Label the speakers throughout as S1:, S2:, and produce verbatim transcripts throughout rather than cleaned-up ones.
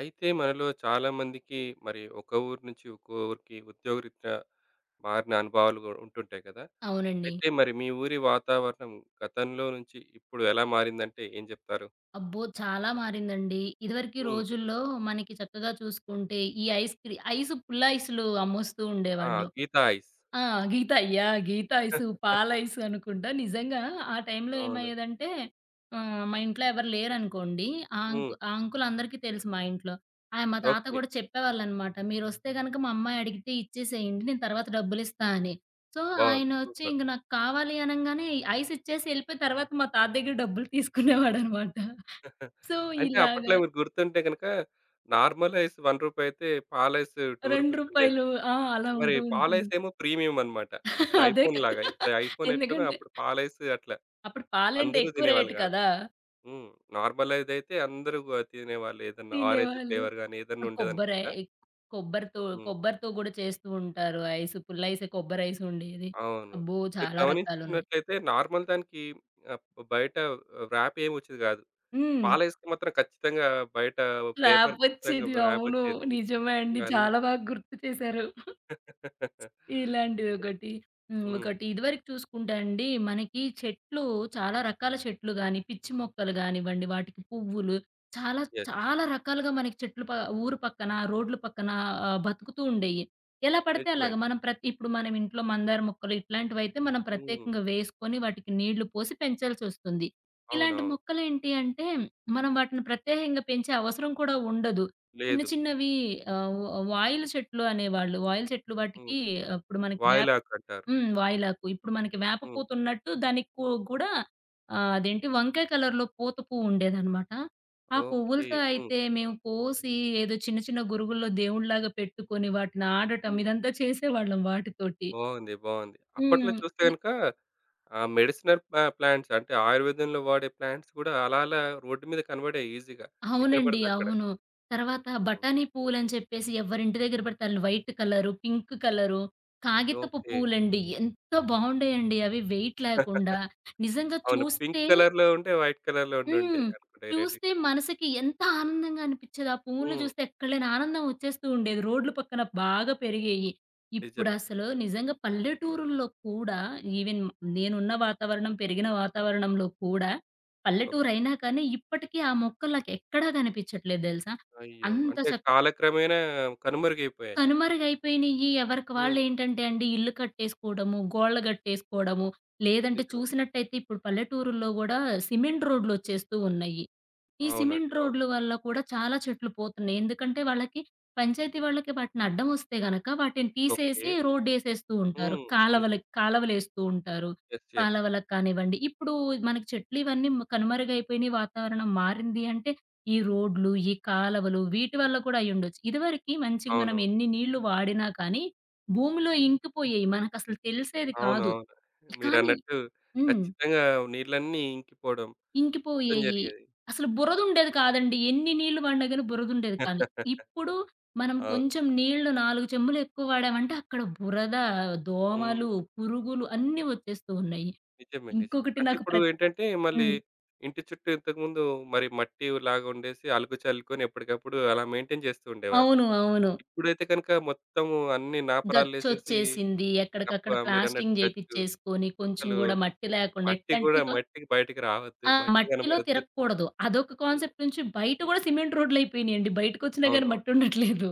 S1: అయితే మనలో చాలామందికి మరి ఒక ఊరు నుంచి ఇంకో ఊరికి ఉద్యోగరీత్యా మారిన అనుభవాలు కూడా ఉంటుంటాయి కదా!
S2: అవునండి.
S1: అయితే మరి మీ ఊరి వాతావరణం గతంలో నుంచి ఇప్పుడు ఎలా మారిందంటే ఏం చెప్తారు?
S2: అబ్బో! చాలా మారిందండి. ఇదివరకి
S1: హ్మ్.
S2: రోజుల్లో మనకి చక్కగా చూసుకుంటే, ఈ ఐస్ క్రీ ఐస్ పుల్ల ఐస్‌లు అమ్మొస్తూ
S1: ఆ!
S2: ఉండేవాళ్ళు.
S1: గీతా ఐస్.
S2: ఆ! గీత యాహ్! గీత ఐసు, పాల ఐసు అనుకుంటా. నిజంగా ఆ టైంలో
S1: అవును.
S2: ఏమయ్యేదంటే ఆహ్, మా ఇంట్లో ఎవరు లేరనుకోండి. ఆ
S1: హ్మ్.
S2: అంకు ఆ అంకుల్ అందరికీ తెలుసు మా ఇంట్లో. ఆయన మా తాత
S1: ఓకే.
S2: గూడా చెప్పేవాళ్ళనమాట. "మీరొస్తే గనక మా అమ్మాయి అడిగితే ఇచ్చేసేయండి. నేను తర్వాత డబ్బులిస్తా" అని. సో,
S1: బావుంది.
S2: ఆయనొచ్చి
S1: సూపర్.
S2: ఇంక నాకు కావాలి అనంగానే ఐస్ ఇచ్చేసి ఎళ్ళిపోయిన తర్వాత మా తాత దగ్గర డబ్బులు తీసుకునేవాడనమాట. సో,
S1: అంటే అప్పట్లో
S2: ఇలాగా
S1: మీరు గుర్తుంటే గనక నార్మల్ ఐస్ రూ. ఒకటి అయితే పాల ఐస్
S2: రూ.
S1: రూ. రెండు ఉండేది.
S2: రెండు రూపాయలు. ఆ! అలా
S1: మరి
S2: ఉంటూ
S1: పాల ఐస్
S2: ఉంటుంది.
S1: ఏమో ప్రీమియం అన్నమాట. అప్పుడు
S2: అదే
S1: ఐఫోన్
S2: కదా!
S1: లాగా. ఇప్పుడు ఐఫోన్ ఎట్లనో
S2: ఎందుకంటే
S1: అప్పుడు పాల ఐస్ అట్లా.
S2: అప్పుడు పాలంటే
S1: అందరూ
S2: ఎక్కువ
S1: తినేవాళ్ళు
S2: రేటు
S1: కాదు.
S2: కదా!
S1: హ్మ్. నార్మలైదయితే అందరూ వ తినేవాళ్ళు. ఏదన్నా ఆరెంజ్
S2: తినేవాళ్ళు.
S1: ఫ్లేవర్ గాని
S2: ఆ!
S1: ఏదన్నా
S2: కొబ్బరి
S1: ఉండేదనుకుంటా.
S2: ఎ కొబ్బరితో
S1: హ్మ్.
S2: కొబ్బరితో గూడా చేస్తూ ఉంటారు. ఐస్ పుల్లైసే కొబ్బరైస్ ఉండేది.
S1: అవును.
S2: అబ్బో!
S1: మీరు
S2: చాలా రకాలున్నాయి.
S1: గమనించినట్లయితే నార్మల్ దానికి ఆహ్, బయట ర్యాప్ ఏమి వచ్చేది గాదు.
S2: హ్మ్.
S1: పాలేస్తే మాత్రం ఖచ్చితంగా బయట పేపర్ ఖచ్చితంగా
S2: ర్యాపొచ్చేది.
S1: ర్యాప్
S2: అవును.
S1: వచ్చేది.
S2: నిజమే అండి.
S1: ఇవన్నీ.
S2: చాలా బాగా గుర్తు చేశారు.
S1: నిజమే.
S2: ఇలాంటిదొకటి. హ్మ్.
S1: హ్మ్.
S2: ఒకటి ఇదివరకు చూసుకుంటే అండి, మనకి చెట్లు చాలా రకాల చెట్లు గాని, పిచ్చి మొక్కలు గానివ్వండి, వాటికి పువ్వులు చాలా
S1: యెస్.
S2: చాలా రకాలుగా మనకి చెట్లు ప ఊరు పక్కన, రోడ్ల పక్కన ఆహ్, బతుకుతూ ఉండేయి. ఎలా పడితే
S1: నిజమే
S2: అలాగా
S1: అండి.
S2: మనం ప్రతి ఇప్పుడు మనం ఇంట్లో మందార మొక్కలు ఇట్లాంటివైతే మనం
S1: హ్మ్.
S2: ప్రత్యేకంగా వేసుకొని వాటికి నీళ్లు పోసి పెంచాల్సొస్తుంది. ఇలాంటి
S1: అవునవును.
S2: మొక్కలేంటి అంటే, మనం వాటిని ప్రత్యేకంగా పెంచే అవసరం కూడా ఉండదు. చిన్న
S1: లేదు.
S2: చిన్నవి ఆహ్, వ వాయిల చెట్లు అనేవాళ్ళు. వాయిల చెట్లు
S1: హ్మ్.
S2: వాటికి అప్పుడు మనకి వేప
S1: వాయిలాక్ అంటారు.
S2: హ్మ్. వాయిలాకు. ఇప్పుడు మనకి వేప
S1: హ్మ్.
S2: పూవున్నట్టు దానికి కు కూడా ఆహ్, అదేంటి వంకాయ కలర్‌లో పూత పువ్వు ఉండేదనమాట. ఆ
S1: ఓకే.
S2: పువ్వులతో
S1: హ్మ్.
S2: అయితే మేము కోసి ఏదో చిన్న చిన్న గురుగుల్లో దేవుడిలాగా పెట్టుకొని వాటిని ఆడటం
S1: హ్మ్.
S2: ఇదంతా చేసేవాళ్ళం వాటితోటి.
S1: బావుంది. బావుంది. అప్పట్లో
S2: హ్మ్.
S1: చూస్తే గనుక ఆహ్, మెడిసినల్ ప ప్లాంట్స్ అంటే ఆయుర్వేదంలో వాడే ప్లాంట్స్ గూడా అలా అలా రోడ్డు మీద కనబడాయి ఈజీగా. ఎక్కడ
S2: అవునండి.
S1: పడితే అక్కడ.
S2: అవును. తర్వాత
S1: హ్మ్.
S2: బఠానీ పువ్వులని చెప్పేసి ఎవ్వరింటి దగ్గర పడితే ఆళ్ళు వైట్ కలరు, పింక్ కలరు, కాగితపు
S1: ఓకే.
S2: పూలండి. ఎంత బావుండేయండి అవి వెయిట్ లేకుండా. నిజంగా
S1: అవును. పింక్
S2: చూస్తే
S1: కలర్‌లో ఉండే, వైట్ కలర్‌లో ఉండుండే
S2: హ్మ్.
S1: అనుకుంటా ఈ
S2: చూస్తే
S1: రెండిట్లో.
S2: మనసుకి ఎంత ఆనందంగా అనిపిచ్చేదో, ఆ పువ్వులను
S1: హ్మ్.
S2: చూస్తే ఎక్కడలేని ఆనందం వచ్చేస్తూ ఉండేది. రోడ్ల పక్కన బాగా పెరిగేయి.
S1: నిజమే.
S2: ఇప్పుడసలు నిజంగా పల్లెటూరుల్లో కూడా ఈవెన్ నేనున్న వాతావరణం, పెరిగిన వాతావరణంలో కూడా
S1: ఓకే.
S2: పల్లెటూరైనా కానీ ఇప్పటికీ ఆ మొక్కలు నాకెక్కడా కనిపిచ్చట్లేదు దెలుసా?
S1: అయ్యో!
S2: అంత
S1: అంటే
S2: చక్
S1: కాలక్రమేణా కనుమరుగైపోయాయి.
S2: కనుమరుగైపోయినియి. ఎవరికి
S1: హ్మ్.
S2: వాళ్ళేంటంటే అండి ఇల్లు కట్టేసుకోవడము, గోడలు గట్టేసుకోవడము, లేదంటే
S1: నిజమే.
S2: చూసినట్టయితే ఇప్పుడు పల్లెటూరుల్లో గూడా సిమెంట్ రోడ్‌లొచ్చేస్తూ ఉన్నాయి. ఈ
S1: అవునండి.
S2: సిమెంట్
S1: అవును.
S2: రోడ్‌లు వల్ల కూడా చాలా చెట్లు పోతున్నాయి. ఎందుకంటే వాళ్ళకి పంచాయతీ వాళ్ళకి వాటిని అడ్డం వస్తే గనక వాటిని
S1: ఓకే.
S2: తీసేసి రోడ్డేసేస్తూ ఉంటారు.
S1: హ్మ్. నిజమే.
S2: కాలవలకి కాలవలేస్తూ ఉంటారు.
S1: యెస్. యెస్.
S2: కాలవలకు కానివ్వండి. ఇప్పుడు మనకి చెట్లు ఇవన్నీ మ కనుమరుగైపోయినియి. వాతావరణం మారింది అంటే ఈ రోడ్లు, ఈ కాలవలు వీటి వల్ల కూడా అయ్యుండొచ్చు. ఇదివరకి మంచిగా మనం
S1: అవునవును.
S2: ఎన్ని నీళ్లు వాడినా కానీ భూమిలో ఇంకిపోయేయి. మనకసలు తెలిసేది కాదు.
S1: అవునవును.
S2: కానీ
S1: మీరన్నట్టు
S2: హ్మ్.
S1: ఖచ్చితంగా నీళ్ళన్నీ ఇంకిపోవడం. మొత్తం
S2: ఇంకిపోయేయి.
S1: జరిగేది.
S2: అసలు బురదుండేది కాదండి. ఎన్ని నీళ్లు పడినా గాని బురదుండేది కానీ. ఇప్పుడు మనం
S1: అవును.
S2: కొంచెం నీళ్లు నాలుగు చెంబులు ఎక్కువ వాడామంటే అక్కడ బురద,
S1: హ్మ్.
S2: దోమలు, పురుగులు అన్నీ వచ్చేస్తూ ఉన్నాయి.
S1: నిజమే. నిజమే.
S2: ఇంకొకటి
S1: అంటే
S2: నాకు
S1: ఇప్పుడు
S2: ప్ర
S1: ఏంటంటే మళ్ళీ
S2: హ్మ్.
S1: ఇంటి చుట్టూ ఇంతకుముందు మరి మట్టి లాగా ఉండేసి అలుకు చల్లుకొని ఎప్పటికప్పుడు అలా మెయింటైన్ చేస్తూ ఉండేవారు.
S2: అవును. అవును.
S1: ఇప్పుడైతే గనుక మొత్తము అన్ని నాపరాలేసేసి
S2: గచ్చొచ్చేసింది.
S1: గప్ప
S2: ఎక్కడికక్కడ
S1: మీరన్నట్టు
S2: ప్లాస్టింగ్
S1: గచ్చు
S2: చేపిచ్చేసుకొని కొంచెం
S1: అసలు
S2: గూడా మట్టి లేకుండా
S1: మట్టి
S2: ఎట్లంటే
S1: గూడా
S2: ఇక
S1: మట్టికి బయటికి రావద్దు.
S2: ఆ!
S1: మట్టి
S2: మట్టిలో
S1: కనపడొద్దు.
S2: తిరగకూడదు. అదొక
S1: హ్మ్.
S2: కాన్సెప్ట్ నుంచి బయట గూడా సిమెంట్ రోడ్‌లయిపోయినియండి. బయటకొచ్చినా గాని
S1: అవునవును.
S2: మట్టుండట్లేదు.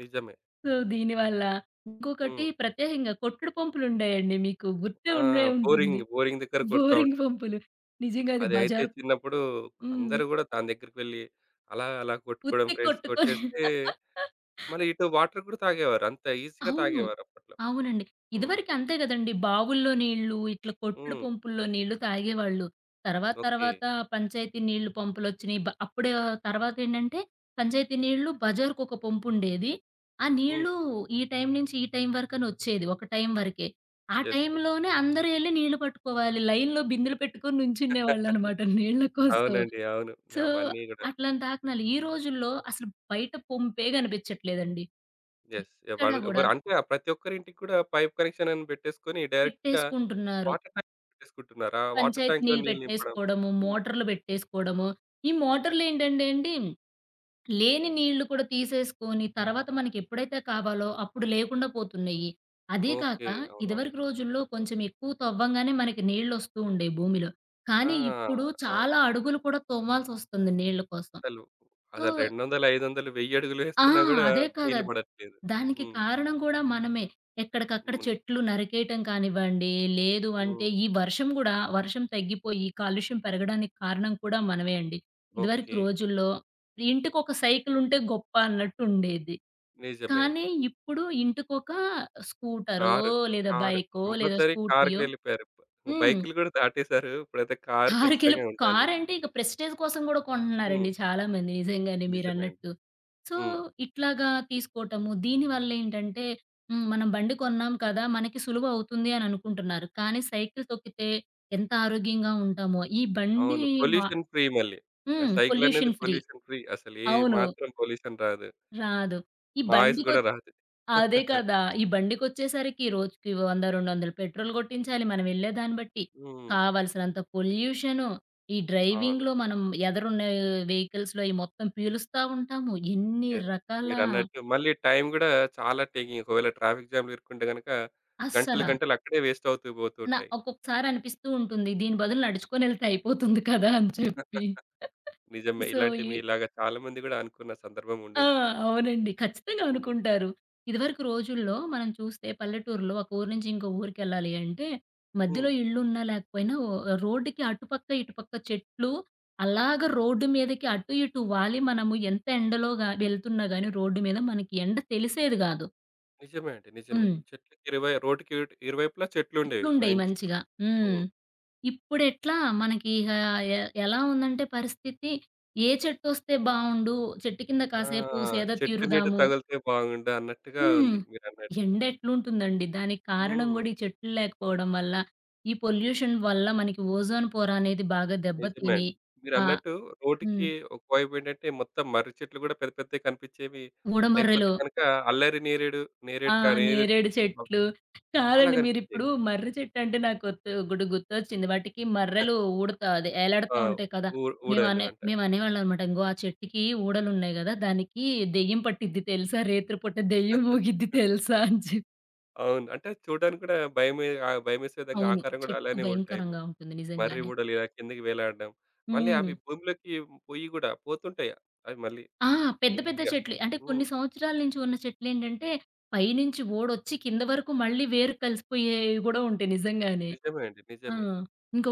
S1: నిజమే.
S2: సో, దీనివల్ల ఇంకొకటి
S1: హ్మ్.
S2: ప్రత్యేకంగా కొట్టుడు పంపులుండేయండి మీకు. గుర్తే
S1: ఆ!
S2: ఉండే ఉంటుంది.
S1: బోరింగ్, బోరింగ్ దగ్గర కొడతా
S2: బోరింగ్
S1: ఉంటారు.
S2: పంపులు. నిజంగా అది
S1: అది అయితే
S2: బజార్
S1: చిన్నప్పుడు
S2: హ్మ్.
S1: అందరూ గూడా దాని దగ్గరికి వెళ్లి అలా అలా కొట్టుకోవడం
S2: ఉత్తి
S1: ఫ్రెండ్స్
S2: కొట్టుకొని
S1: కొట్టేస్తే మళ్ళీ ఇటు వాటర్ కూడా తాగేవారు. అంత ఈజీగా
S2: అవును.
S1: తాగేవారు అప్పట్లో.
S2: అవునండి.
S1: హ్మ్.
S2: ఇదివరకు అంతే గదండీ! బావుల్లో నీళ్ళు, ఇట్లా కొట్టుడు
S1: హ్మ్.
S2: పంపుల్లో నీళ్ళు తాగేవాళ్ళు. తర్వాత
S1: ఓకే.
S2: తర్వాత పంచాయతీ నీళ్ళు పంపులొచ్చినియి. బ అప్పుడే తర్వాతేంటంటే పంచాయతీ నీళ్ళు బజారుకొక పంపుండేది. ఆ
S1: హ్మ్.
S2: నీళ్ళు ఈ టైం నుంచి ఈ టైం వరకనొచ్చేది. ఒక టైం వరకే. ఆ
S1: యెస్. యెస్.
S2: టైంలోనే అందరూ ఎళ్లి నీళ్ళు పట్టుకోవాలి. లైన్‌లో బిందెలు పెట్టుకొని నుంచునేవాళ్ళనమాట నీళ్ళ కోసం.
S1: అవునండి. అవును.
S2: సో,
S1: అవన్నీ గూడా.
S2: అట్లాంటి దాఖనాలు. ఈ రోజుల్లో అసలు బయట పంపే గనిపిచ్చట్లేదండి.
S1: యెస్.
S2: ఎక్కడ
S1: ఎవరు
S2: గూడా.
S1: ఎవరు అంటే ఆ ప్రతి ఒక్కరింటికి కూడా పైప్ కనెక్షన్ అని పెట్టేసుకొని డైరెక్ట్‌గా
S2: పెట్టేసుకుంటున్నారు.
S1: Water tank పెట్టేసుకుంటున్నారు. ఆ వాటర్
S2: పంచాయతీ
S1: ట్యాంక్‌లో
S2: నీళ్ళు
S1: నీళ్ళు నింపడం.
S2: పెట్టేసుకోవడము,
S1: హ్మ్.
S2: మోటార్లు పెట్టేసుకోవడము. ఈ మోటార్లేంటంటే అండి, లేని నీళ్ళు కూడా తీసేసుకొని, తర్వాత మనకెప్పుడైతే కావాలో అప్పుడు లేకుండా పోతున్నాయి. అదీ కాక
S1: ఓకే. అవునవును.
S2: ఇదివరకు రోజుల్లో కొంచెం ఎక్కువ తవ్వంగానే మనకి నీళ్ళొస్తూ ఉండేవి భూమిలో.
S1: ఆ!
S2: కానీ ఇప్పుడు
S1: అవును.
S2: చాలా అడుగులు కూడా తవ్వాల్సొస్తుంది నీళ్ళ కోసం.
S1: అసలు
S2: సో
S1: అసలు రెండు వందలు, ఐదు వందలు, వెయ్యి అడుగులు
S2: ఆ!
S1: వేస్తున్నా గూడా
S2: అదే కాదు.
S1: నీళ్ళు
S2: అద్
S1: పడట్లేదు.
S2: దానికి
S1: హ్మ్.
S2: కారణం కూడా మనమే. ఎక్కడికక్కడ
S1: అవును.
S2: చెట్లు నరికేయటం కానివ్వండి, లేదు అంటే
S1: హ్మ్.
S2: ఈ వర్షం గూడా వర్షం తగ్గిపోయి కాలుష్యం పెరగడానికి కారణం కూడా మనమే అండి. ఇదివరకు
S1: ఓకే.
S2: రోజుల్లో ఇంటికొక సైకిల్ ఉంటే గొప్ప అన్నట్టు ఉండేది.
S1: నిజమే అండి.
S2: కానీ ఇప్పుడు ఇంటికొక స్కూటరో,
S1: కారు.
S2: లేదా
S1: కారు.
S2: బైకో, లేదా
S1: కంపల్సరీ కారుకి
S2: స్కూటీయో
S1: వెళ్ళిపోయారు.
S2: హ్మ్.
S1: బైకులు గూడా దాటేసారు. ఇప్పుడైతే కారు
S2: కారుకెళ్ళి
S1: ఖచ్చితంగా ఉండాలి.
S2: కారంటే ఇక ప్రెస్టేజ్ కోసం గూడా
S1: హ్మ్.
S2: కొంటున్నారండి చాలామంది నిజంగానే
S1: నిజమే అండి.
S2: మీరన్నట్టు. సో,
S1: హ్మ్.
S2: ఇట్లాగా తీసుకోవటము. దీనివల్లేంటంటే హ్మ్. మనం బండి కొన్నాం కదా! మనకి సులువవుతుంది అని అనుకుంటున్నారు. కానీ సైకిల్ తొక్కితే ఎంత ఆరోగ్యంగా ఉంటామో. ఈ బండి
S1: అవును.
S2: వ
S1: పొల్యూషన్ ఫ్రీ మళ్ళీ. ఆ
S2: హ్మ్.
S1: సైకిల్ అనేది
S2: పొల్యూషన్ ఫ్రీ.
S1: Pollution free. అసలు ఏ
S2: అవును.
S1: మాత్రం పొల్యూషన్ రాదు.
S2: రాదు. ఈ
S1: నాయిస్
S2: బండికొ
S1: గూడా రాదు.
S2: అదే కదా! ఈ బండికొచ్చేసరికి రోజుకి వంద, రెండు వందలు పెట్రోల్ కొట్టించాలి మనం ఎళ్ళేదాన్ని బట్టి.
S1: హ్మ్.
S2: కావాల్సినంత పొల్యూషను. ఈ
S1: అవును.
S2: డ్రైవింగ్‌లో మనం ఎదరున్న వెహికల్స్‌లో ఈ మొత్తం పీలుస్తా ఉంటాము. ఎన్ని
S1: యెస్.
S2: రకాల
S1: మీరన్నట్టు మళ్ళీ టైం గూడా చాలా టేకింగ్. ఒకవేళ ట్రాఫిక్ జామ్‌లో ఇరుక్కుంటే గనక గంటలు,
S2: అస్సల
S1: గంటలు అక్కడే వేస్ట్ అవుతూ పోతూ
S2: నా
S1: ఉంటాయి.
S2: ఒక్కొక్కసారి అనిపిస్తూ ఉంటుంది. దీని బదులు నడుచుకొని ఎళ్తే అయిపోతుంది కదా! అని చెప్పి.
S1: నిజమే.
S2: సో,
S1: ఇలాంటి
S2: ఈ
S1: మీలాగా చాలా మంది గూడా అనుకున్న సందర్భం ఉండి
S2: ఆ!
S1: ఉంటుంది.
S2: అవునండి. ఖచ్చితంగా
S1: హ్మ్.
S2: అనుకుంటారు. ఇదివరకు రోజుల్లో మనం చూస్తే పల్లెటూరులో ఒక ఊరు నుంచి ఇంకో ఊరికెళ్ళాలి అంటే
S1: హ్మ్.
S2: మధ్యలో ఇళ్ళున్నా లేకపోయినా ఓ రోడ్డుకి అటుపక్క, ఇటుపక్క చెట్లు అలాగా రోడ్డు మీదకి అటు ఇటు వాలి మనము ఎంత ఎండలో గా వెళ్తున్నా గాని రోడ్డు మీద మనకి ఎండ తెలిసేది గాదు.
S1: నిజమే అండి. నిజమే.
S2: హ్మ్.
S1: చెట్లకి ఇరువై రోడ్డుకి ఇటు ఇరువైపులా చెట్లుండేవి
S2: చెట్లుండేయి
S1: మంచిగా.
S2: మంచిగా. హ్మ్.
S1: హ్మ్.
S2: ఇప్పుడెట్లా మనకి ఇహ ఎ ఎలా ఉందంటే పరిస్థితి ఏ చెట్టొస్తే బావుండు, చెట్టు కింద
S1: ఆ!
S2: కాసేపు సేద
S1: చెట్టు నీడ
S2: తీరుదాము
S1: తగిలితే బాగుండు అన్నట్టుగా
S2: హ్మ్.
S1: ఉంది మీరన్నట్టు.
S2: ఎండ ఎట్లుంటుందండి? దానికి కారణం
S1: హ్మ్.
S2: గూడా ఈ చెట్లు లేకపోవడం వల్ల, ఈ పొల్యూషన్ వల్ల మనకి ఓజోన్ పొర అనేది బాగా
S1: నిజమే
S2: దెబ్బతిని
S1: అండి.
S2: ఆహ్,
S1: మీరన్నట్టు
S2: హ్మ్.
S1: రోడ్డుకి ఒకవైపేంటంటే మొత్తం మర్రి చెట్లు గూడా పెద్ద పెద్దయి కనిపిచ్చేవి. లేకపోతే
S2: ఊడమర్రెలు
S1: గనక అల్లరి నేరేడు,
S2: ఆ!
S1: నేరేడు కా నేరేడు
S2: నేరేడు
S1: చెట్లు గూడా బా
S2: చెట్లు.
S1: చాలా
S2: కాదండి
S1: కనిపిచ్చేవి.
S2: మీరిప్పుడు మర్రి చెట్టు అంటే నాకొత్తు గుడు గుర్తొచ్చింది. వాటికి మర్రెలు ఊడతా అదే
S1: ఆ!
S2: ఏలాడుతా ఉంటాయి కదా!
S1: ఊ ఊడలు
S2: మేమనే
S1: అంటారు.
S2: మేమనేవాళ్ళమనమాట. ఇంగో ఆ చెట్టుకి ఊడలున్నాయి గదా! దానికి దెయ్యం పట్టిద్ది తెలుసా? రేత్రి పూట దెయ్యం ఊగిద్ది తెలుసా? అని చెప్పి.
S1: అవును. అంటే చూడడానికి గూడా భయమే ఆహ్, భయమేసే విధంగా
S2: అవును.
S1: ఆకారం గూడా
S2: చెట్టు
S1: అలానే ఉంటాయి.
S2: భయంకరంగా ఉంటుంది
S1: మర్రి
S2: నిజంగానే.
S1: ఊడలు ఇలా కిందకి వేలాడడం. మళ్ళీ
S2: హ్మ్.
S1: అవి భూమిలోకి పొయ్యి గూడా పోతుంటాయి. అవి మళ్ళీ
S2: ఆ! పెద్ద పెద్ద
S1: గట్టిగా.
S2: చెట్లు. అంటే
S1: హ్మ్.
S2: కొన్ని సంవత్సరాల నుంచి ఉన్న చెట్లేంటంటే, పైనుంచి ఓడొచ్చి కింద వరకు మళ్ళీ వేరు కలిసిపోయేవి గూడా ఉంటాయి నిజంగానే.
S1: నిజమే అండి.
S2: ఆ!
S1: నిజమే.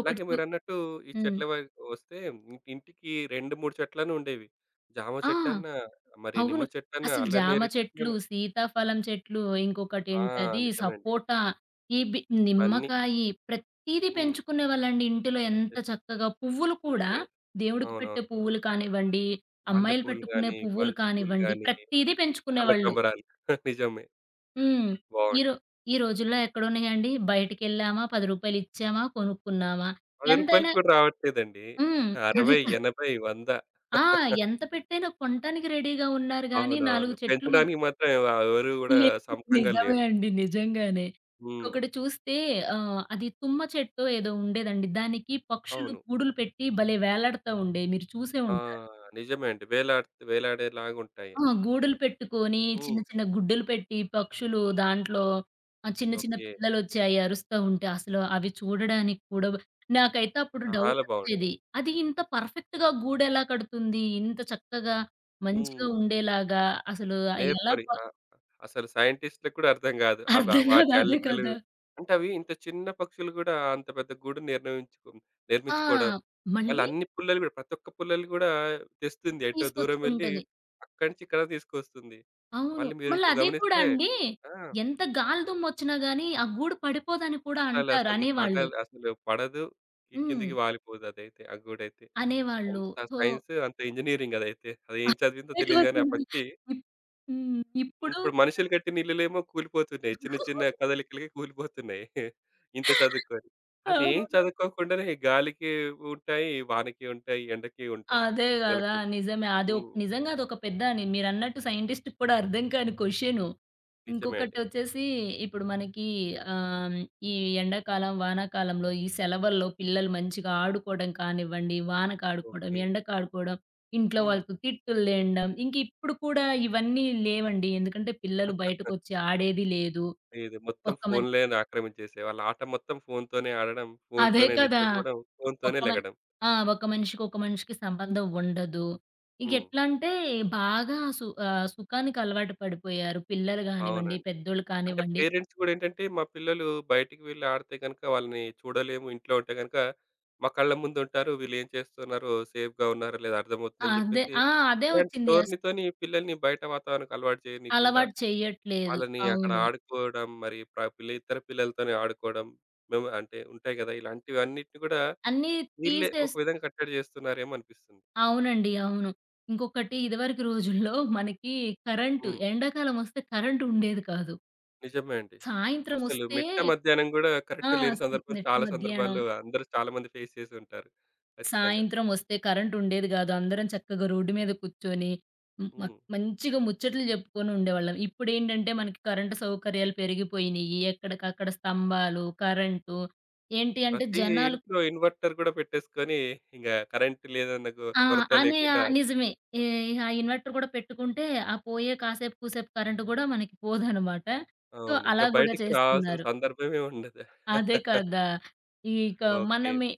S1: అలాగే
S2: చు
S1: మీరన్నట్టు ఈ
S2: హ్మ్.
S1: చెట్ల వైపు వస్తే ఇం- ఇంటికి రెండు, మూడు చెట్లన్నా ఉండేవి. జామ
S2: ఆ!
S1: చెట్టన్నా, మరి నిమ్మ
S2: అవును.
S1: చెట్టన్నా,
S2: అసలు జామ
S1: అల్లనేరేడు
S2: చెట్లు,
S1: చెట్లన్నా
S2: సీతాఫలం చెట్లు,
S1: ఆ!
S2: ఇంకొకటేంటది
S1: నిజమే అండి.
S2: సపోటా, ఈ బి
S1: ఇవన్నీ
S2: నిమ్మకాయి ప్రతీదీ
S1: హ్మ్.
S2: పెంచుకునేవాళ్ళండి ఇంటిలో ఎంత
S1: జస్ట్
S2: చక్కగా. పువ్వులు కూడా దేవుడికి
S1: అవునవును.
S2: పెట్టే పువ్వులు కానివ్వండి, అమ్మాయిలు
S1: మల్లెపూలు
S2: పెట్టుకునే
S1: గాని,
S2: పువ్వులు
S1: బంతి పూలు
S2: కానివ్వండి,
S1: గాని,
S2: ప్రతీదీ పెంచుకునేవాళ్ళు.
S1: కనకంబరాలు నిజమే.
S2: హ్మ్. ఈ రో
S1: బావుంటాయి.
S2: ఈ రోజుల్లో ఎక్కడున్నాయండి? బయటికెళ్ళామా, రూ. పది రూపాయలు ఇచ్చామా, కొనుక్కున్నామా.
S1: రూ. పది
S2: ఎంతైనా
S1: కూడా రావట్లేదండి.
S2: హ్మ్. అదే
S1: అరవై,
S2: కదా!
S1: ఎనభై, వంద
S2: ఆ! ఎంత పెట్టైనా కొనటానికి రెడీగా ఉన్నారు గానీ,
S1: అవునవును.
S2: నాలుగు చెట్లు మనం
S1: పెంచడానికి మాత్రం ఎవ ఎవరు గూడా
S2: లేదు.
S1: సముఖంగా
S2: నిజమే
S1: లేరు.
S2: అండి. నిజంగానే.
S1: హ్మ్.
S2: ఇంకొకటి చూస్తే ఆహ్, అది తుమ్మ చెట్టో ఏదో ఉండేదండి. దానికి పక్షులు
S1: అవును.
S2: గూడులు పెట్టి భలే వేలాడుతా ఉండేవి. మీరు చూసే
S1: ఆ!
S2: ఉంటారు.
S1: నిజమే అండి. వేలాడ్ వేలాడేలాగుంటాయి.
S2: ఆ! గూడులు పెట్టుకొని, చిన్న
S1: హ్మ్.
S2: చిన్న గుడ్డులు పెట్టి పక్షులు దాంట్లో ఆహ్, చిన్న చిన్న
S1: ఓకే.
S2: పిల్లలొచ్చాయి అరుస్తా ఉంటే, అసలు అవి చూడడానికి కూడా నాకైతే అప్పుడు
S1: చాలా బావుంటాయి.
S2: డౌటొచ్చేది. అది ఇంత పర్ఫెక్ట్‌గా గూడెలా కడుతుంది? ఇంత చక్కగా, మంచిగా
S1: హ్మ్.
S2: ఉండేలాగా అసలు ఎలా
S1: నేర్పరి.
S2: ప
S1: ఆ! అసలు సైంటిస్ట్‌లకి కూడా అర్థం గాదు. అవి ఆ
S2: అర్థం కాదు.
S1: వాటి
S2: అదే
S1: అల్లికలు
S2: కదా!
S1: అంటే అవి ఇంత చిన్న పక్షులు గూడా అంత పెద్ద గూడు నిర్ణయించుకు
S2: ఆ!
S1: నిర్మించుకోవడం. మళ్ళీ
S2: మళ్ళీ
S1: అన్ని పుల్లలు గూడా ప్రతి ఒక్క పుల్లలు గూడా తెస్తుంది. ఎటో దూరం వెళ్లి
S2: తీసుకొచ్చుకుంటది.
S1: అక్కడి నుంచి ఇక్కడ తీసుకొస్తుంది.
S2: అవును.
S1: మళ్ళీ
S2: మళ్ళీ
S1: మీరింకో
S2: అదే కూడా
S1: గమనిస్తే
S2: అండి,
S1: ఆ!
S2: ఎంత గాలి దుమ్మొచ్చినా గాని, ఆ గూడు పడిపోదని కూడా అంటారు
S1: అస్సలసలు
S2: అనేవాళ్ళు.
S1: పగలు అసలు పడదు. కి
S2: హ్మ్.
S1: కిందకి వాలిపోదదైతే. ఆ గూడైతే.
S2: అనేవాళ్ళు.
S1: అంత
S2: సో
S1: సైన్స్, అంత ఇంజినీరింగ్ అదైతే. అదేం చదివిందో
S2: అదే కదా!
S1: తెలీదు గానీ ఆ పక్షి
S2: ఇప్ హ్మ్.
S1: హ్మ్.
S2: ఇప్పుడు
S1: ఇప్పుడు మనుషులు కట్టిన ఇల్లులేమో కూలిపోతున్నాయి. చిన్న చిన్న కదలికలకి కూలిపోతున్నాయి. ఇంత చదువుకొని. అవేం
S2: అవును.
S1: చదువుకోకుండానే గాలికి ఉంటాయి, వానకి ఉంటాయి, ఎండకి ఉంటాయి.
S2: అదే గదా!
S1: వదలకుండా.
S2: నిజమే. అది ఒక్
S1: హ్మ్.
S2: నిజంగా అదొక పెద్ద అని మీరన్నట్టు సైంటిస్ట్‌కి కూడా అర్థం కాని క్వెషను.
S1: నిజమే అండి.
S2: ఇంకొకటొచ్చేసి ఇప్పుడు మనకి ఆహ్, ఈ ఎండాకాలం, వానాకాలంలో ఈ సెలవుల్లో పిల్లలు మంచిగా ఆడుకోవడం కానివ్వండి, వానకు ఆడుకోవడం,
S1: ఓకే.
S2: ఎండకు ఆడుకోవడం, ఇంట్లో
S1: హ్మ్.
S2: వాళ్ళతో తిట్టులు తినడం, ఇంక ఇప్పుడు కూడా ఇవన్నీ లేవండి. ఎందుకంటే పిల్లలు బయటకొచ్చి ఆడేది లేదు.
S1: ఇది మొత్తం
S2: ఒక్క మన్
S1: ఫోన్‌లేని ఆక్రమించేసాయి. వాళ్ళ ఆట మొత్తం ఫోన్‌తోనే ఆడడం,
S2: అదే
S1: ఫోన్‌తోనే
S2: కదా!
S1: నిద్రపోవడం,
S2: ఒక
S1: ఫోన్‌తోనే
S2: మన్
S1: లెగడం.
S2: ఆ! ఒక మనిషికి, ఒక మనిషికి సంబంధం ఉండదు.
S1: హ్మ్.
S2: ఇంకెట్లంటే బాగా సు ఆహ్, సుఖానికి అలవాటు పడిపోయారు. పిల్లలు గానివ్వండి,
S1: అవునండి.
S2: పెద్దోళ్ళు
S1: అంటే
S2: కానివ్వండి.
S1: పేరెంట్స్ గూడా ఏంటంటే, మా పిల్లలు బయటికి వెళ్లి ఆడితే గనుక వాళ్ళని చూడలేము. ఇంట్లో ఉంటే గనుక మా కళ్ళ ముందుంటారు. వీళ్ళేం చేస్తున్నారో, సేఫ్‌గా ఉన్నారో లేదో అర్థమవుతుందని
S2: అదే
S1: జెప్పేసి,
S2: ఆ! అదే
S1: ఇలాంటి
S2: వచ్చింది. అస్
S1: ధోరణితోని పిల్లల్ని బయట వాతావరణానికి అలవాటు చేయనీయకుండా,
S2: అలవాటు చెయ్యట్లేదు.
S1: వాళ్ళని అక్కడ
S2: అవును.
S1: ఆడుకోవడం, మరి ప్ర పిల్ల ఇతర పిల్లలతోని ఆడుకోవడం, మేము అంటే ఉంటాయి గదా! ఇలాంటివన్నిటిని గూడా
S2: అన్నీ
S1: వీళ్ళే ఒక
S2: తీసేస్
S1: విధంగా కట్టడి జేస్తున్నారేమో అనిపిస్తుంది.
S2: అవునండి. అవును. ఇంకొకటి ఇదివరకు రోజుల్లో మనకి కరెంటు
S1: హ్మ్.
S2: ఎండాకాలం వస్తే కరెంట్ ఉండేది కాదు.
S1: నిజమే అండి.
S2: సాయంత్రం
S1: అసలు
S2: వస్తే
S1: మిట్ట మధ్యాహ్నం గూడా
S2: ఆ!
S1: కరెంట్ లేని
S2: స్
S1: సందర్భం
S2: నిట్ట
S1: చాలా
S2: మధ్యాహ్నం
S1: సందర్భాల్లో అందరూ చాలామంది ఫేస్ చేసుంటారు. ఖచ్చితంగా.
S2: సాయంత్రం వస్తే కరెంట్ ఉండేది గాదు. అందరం చక్కగా రోడ్డు మీద కూర్చొని హ్మ్. మ
S1: హ్మ్.
S2: మంచిగా ముచ్చట్లు జెప్పుకొని ఉండేవాళ్ళం. ఇప్పుడేంటంటే మనకి కరెంటు సౌకర్యాలు పెరిగిపోయినియి. ఎక్కడికక్కడ స్తంభాలు, కరెంటు ఏంటి అంటే
S1: ప్రతి
S2: జనాలు
S1: ఇంట్లో ఇన్వర్టర్ కూడా పెట్టేసుకొని ఇంగ కరెంట్ లేదన్న కొ
S2: ఆ!
S1: కొరత
S2: అనే
S1: లేకుండా
S2: ఆహ్, నిజమే. ఈ
S1: జీవిస్తున్నారు.
S2: ఆ ఇన్వర్టర్ గూడా పెట్టుకుంటే ఆ పోయే కాసేపు కూసేపు కరెంటు గూడా మనకి పోదనమాట. సో,
S1: అవును. ఇంక
S2: అలా గూడా
S1: బయటికి రావాల్సిన
S2: చేస్తున్నారు.
S1: సందర్భమే ఉండదు.
S2: అదే కదా! ఇక
S1: ఓకే.
S2: మనమే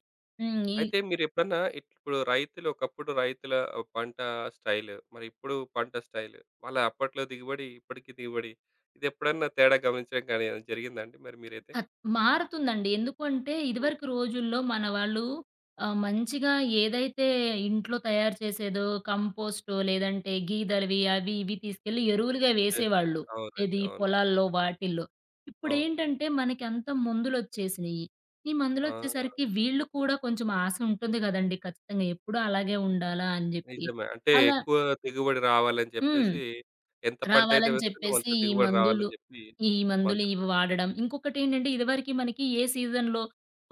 S2: హ్మ్. ఈ
S1: అయితే మీరెప్పుడన్నా ఇప్పుడు రైతులు ఒకప్పుడు రైతుల పంట స్టైల్, మరి ఇప్పుడు పంట స్టైల్, వాళ్ళ అప్పట్లో దిగుబడి, ఇప్పటికి దిగుబడి ఇదెప్పుడన్నా తేడా గమనించడం కానీ ఏమైనా జరిగిందా అండి మరి మీరైతే?
S2: ఖత్ మారుతుందండి. ఎందుకు అంటే,
S1: హ్మ్.
S2: ఇదివరకు రోజుల్లో మన వాళ్ళు ఆహ్, మంచిగా ఏదైతే ఇంట్లో తయారు చేసేదో కంపోస్టో, లేదంటే గీదలవి అవి ఇవి తీసుకెళ్ళి ఎరువులుగా
S1: యెస్.
S2: వేసేవాళ్ళు.
S1: అవునండి.
S2: ఏది
S1: అవును.
S2: పొలాల్లో వాటిల్లో.
S1: అవును.
S2: ఇప్పుడేంటంటే మనకి అంతా మందులొచ్చేసినియి. ఈ
S1: ఆ!
S2: మందులొచ్చేసరికి వీళ్ళు కూడా కొంచెం ఆశ ఉంటుంది గదండీ ఖచ్చితంగా ఎప్పుడూ అలాగే ఉండాలా అని జెప్పి.
S1: నిజమే. అంటే
S2: అలా
S1: ఎక్కువ దిగుబడి రావాలని
S2: హ్మ్.
S1: చెప్పేసి ఎంత పంటైతే
S2: రావాలని
S1: వేస్తున్నామో
S2: చెప్పేసి
S1: అంత
S2: ఈ
S1: దిగుబడి
S2: మందులు,
S1: రావాలని చెప్పి
S2: ఈ మందులు
S1: మందులు
S2: ఇవి వాడడం. ఇంకొకటేంటంటే ఇదివరకి మనకి ఏ సీజన్‌లో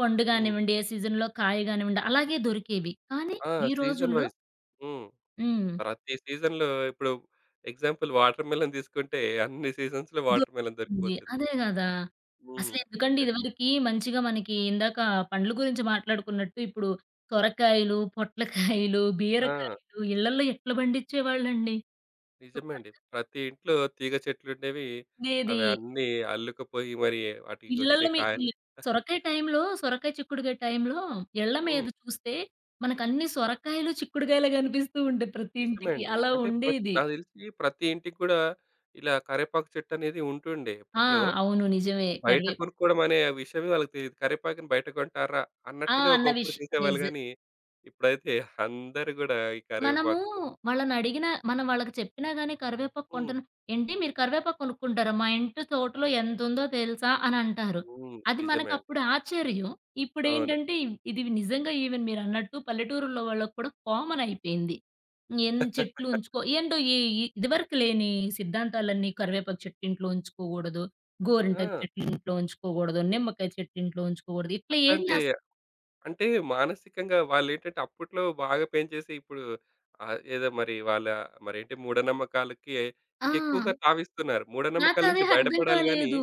S2: పండు
S1: హ్మ్.
S2: గానివ్వండి, ఏ సీజన్‌లో కాయ గానివ్వండి అలాగే దొరికేవి. కానీ
S1: ఆ!
S2: ఈ
S1: సీజన్
S2: రోజుల్లో
S1: వైస్. హ్మ్.
S2: హ్మ్.
S1: ప్రతి సీజన్‌లో ఇప్పుడు ఎగ్జాంపుల్ వాటర్ మెలన్ తీసుకుంటే అన్ని సీజన్స్‌లో వాటర్ మెలన్
S2: దొరుకుతుంది.
S1: దొరికిపోతుంది.
S2: అదే గదా!
S1: హ్మ్.
S2: అసలెందుకండి
S1: యెస్.
S2: ఇదివరకి మంచిగా మనకి ఇందాక పండ్ల గురించి మాట్లాడుకున్నట్టు ఇప్పుడు సొరకాయలు, పొట్లకాయలు,
S1: ఆ!
S2: బీరకాయలు ఇళ్ళల్లో ఎట్లా పండించేవాళ్ళండి?
S1: నిజమే అండి. ప్రతి ఇంట్లో తీగ చెట్లుండేవి.
S2: శుభ్రంగుండేది.
S1: అవి అన్నీ అల్లుకుపోయి మరి వాటికొచ్చే
S2: ఇళ్లల్లో మీ
S1: కాయలు
S2: ఇ సొరకాయ టైంలో సొరకాయ, చిక్కుడుకాయ టైంలో ఇళ్ళ మీద
S1: హ్మ్.
S2: చూస్తే మనకన్ని సొరకాయలు, చిక్కుడుకాయలే కనిపిస్తూ ఉంటాయి ప్రతి
S1: నిజమే
S2: ఇంటికి.
S1: అండి.
S2: అలా
S1: అంటే ప్రత్
S2: ఉండేది.
S1: నాకు తెలిసి ప్రతి ఇంటికి గూడా ఇలా కరేపాకు చెట్టనేది ఉంటుండే
S2: ఆ!
S1: అప్పట్లో.
S2: అవును. నిజమే.
S1: బయట
S2: కరివే
S1: కొనుక్కోవడం అనే విషయమే వాళ్ళకి తెలీదు. కరేపాకుని బయట కొంటార్రా
S2: ఆ!
S1: అన్నట్టుగా
S2: అన్న
S1: ఒకప్పుడు
S2: విష్
S1: చూసేవాళ్ళు
S2: నిజం.
S1: గానీ, ఇప్పుడైతే అందరూ గూడా ఈ
S2: మనము
S1: కరివేపాకు
S2: వాళ్ళనడిగినా మనం వాళ్ళకి చెప్పినా గాని కరివేపాకు
S1: హ్మ్.
S2: కొంటున్నా "ఏంటి మీరు కరివేపాకు కొనుక్కుంటారా? మా ఇంటి తోటలో ఎంతుందో తెలుసా?" అనంటారు.
S1: హ్మ్.
S2: అది
S1: నిజమే అండి.
S2: మనకప్పుడు ఆశ్చర్యం.
S1: అవును.
S2: ఇప్పుడేంటంటే ఇవ్ ఇది నిజంగా ఈవెన్ మీరన్నట్టు పల్లెటూరుల్లో వాళ్ళకి కూడా కామన్ అయిపోయింది. ఎన్ని చెట్లు ఉంచుకో ఏంటో ఈ ఈ ఇదివరకు లేని సిద్ధాంతాలన్నీ కరివేపాకు చెట్టు ఇంట్లో ఉంచుకోకూడదు, గోరింటాకు
S1: ఆ!
S2: చెట్లు ఇంట్లో ఉంచుకోకూడదు, నిమ్మకాయ చెట్టు ఇంట్లో ఉంచుకోకూడదు. ఇట్లా ఏం
S1: అట్లాంటి
S2: చేస్
S1: అంటే మానసికంగా వాళ్ళేంటంటే అప్పట్లో బాగా పెంచేసి ఇప్పుడు ఆహ్, ఏదో మరి వాళ్ళ మరేంటి మూఢనమ్మకాలకి
S2: ఆ!
S1: ఇంకెక్కువగా తావిస్తున్నారు. మూఢనమ్మకాల
S2: నాకదే
S1: నుంచి
S2: అర్థం
S1: బయటపడాలి గానీ
S2: కాలేదు.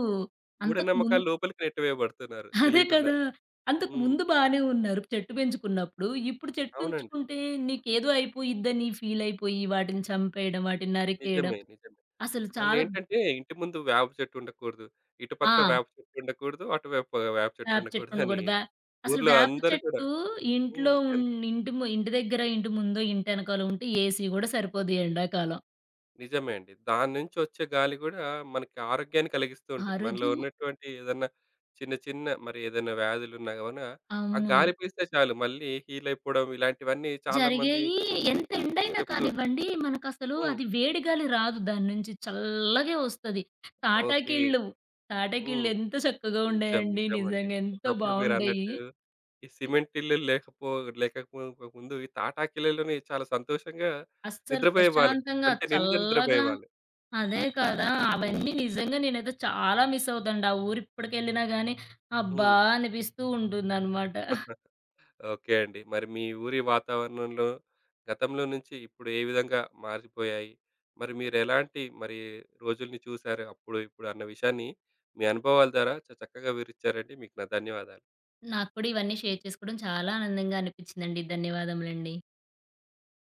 S2: అంతకు ముం
S1: మూఢనమ్మకాల లోపలికి నెట్టివేయబడుతున్నారు
S2: అదే కదా!
S1: తెలియకుండానే.
S2: అంతకు
S1: హ్మ్.
S2: ముందు బానే ఉన్నారు. చెట్టు పెంచుకున్నప్పుడు. ఇప్పుడు చెట్టు
S1: అవునండి.
S2: ఉంచుకుంటే నీకేదో అయిపోయిద్దని ఫీలయిపోయి వాటిని చంపేయడం, వాటిని నరికేయడం.
S1: నిజమే. నిజమే.
S2: అసలు చాలా
S1: మళ్ళేంటంటే ఇంటి ముందు వేప చెట్టు ఉండకూడదు. ఇటుపక్క
S2: ఆ!
S1: వేప చెట్టు ఉండకూడదు. అటువైపు వేప వేప చెట్టు
S2: వేప చెట్టు
S1: ఉండకూడదు అని
S2: ఉండకూడదు. వే అసలు
S1: ఊర్లో
S2: వేప
S1: అందరూ కూడా
S2: చెట్టు ఇంట్లో
S1: హ్మ్. ఎన్
S2: ఉన్ ఇంటి ము ఇంటి దగ్గర, ఇంటి ముందో, ఇంటెనకాలో ఉంటే ఏసీ గూడా సరిపోదు ఎండాకాలం.
S1: నిజమే అండి. దాని నుంచి వచ్చే గాలి గూడా మనకి ఆరోగ్యాన్ని కలిగిస్తూ ఉంటుంది. మనలో
S2: ఆరోగ్యం
S1: ఉన్నటువంటి ఏదన్నా చిన్న చిన్న మరి ఏదైనా వ్యాధులున్నా గూన ఆ
S2: అవును.
S1: గాలి పీలిస్తే చాలు మళ్ళీ హీల్ అయిపోవడం ఇలాంటివన్నీ చాలా మంది
S2: జరిగాయి. ఎంత ఎండైనా
S1: చెప్తూ ఉంటారు.
S2: కానివ్వండి, మనకసలు
S1: హ్మ్.
S2: అది వేడి గాలి రాదు దాని నుంచి. చల్లగే వస్తది.
S1: ఓకే.
S2: తాటాకిళ్ళు,
S1: హ్మ్.
S2: తాటాకిళ్ళు ఎంత చక్కగా
S1: నిజం.
S2: ఉండేయండి.
S1: నిజమండి.
S2: నిజంగా ఎంత
S1: ఒకప్పుడు
S2: బావుండేయి.
S1: మీరన్నట్టు ఈ సిమెంట్ ఇల్లు లేకపో లేకపో ముందు ఈ తాటాకిళ్ళలోనే చాలా సంతోషంగా
S2: అస్సలు
S1: నిద్రపోయేవాళ్ళు.
S2: ప్రశాంతంగా
S1: కంటి నిండా
S2: చల్లగా
S1: నిద్రపోయేవాళ్ళు.
S2: అదే కదా!
S1: హ్మ్.
S2: అవన్నీ నిజంగా నేనైతే చాలా మిస్ అవుతాండి. ఆ ఊరు ఇప్పటికెళ్ళినా గానీ, అబ్బా!
S1: హ్మ్.
S2: అనిపిస్తూ ఉంటుందనమాట.
S1: ఓకే అండి. మరి మీ ఊరి వాతావరణంలో గతంలో నుంచి ఇప్పుడు ఏ విధంగా మారిపోయాయి? మరి మీరెలాంటి మరి రోజుల్ని చూసారు అప్పుడు, ఇప్పుడు అన్న విషయాన్ని మీ అనుభవాల ద్వారా చ చక్కగా వివరిచ్చారండి. మీకు నా ధన్యవాదాలు.
S2: నాకు కూడా ఇవన్నీ షేర్ చేసుకోవడం చాలా ఆనందంగా అనిపించిందండి. ధన్యవాదములండి.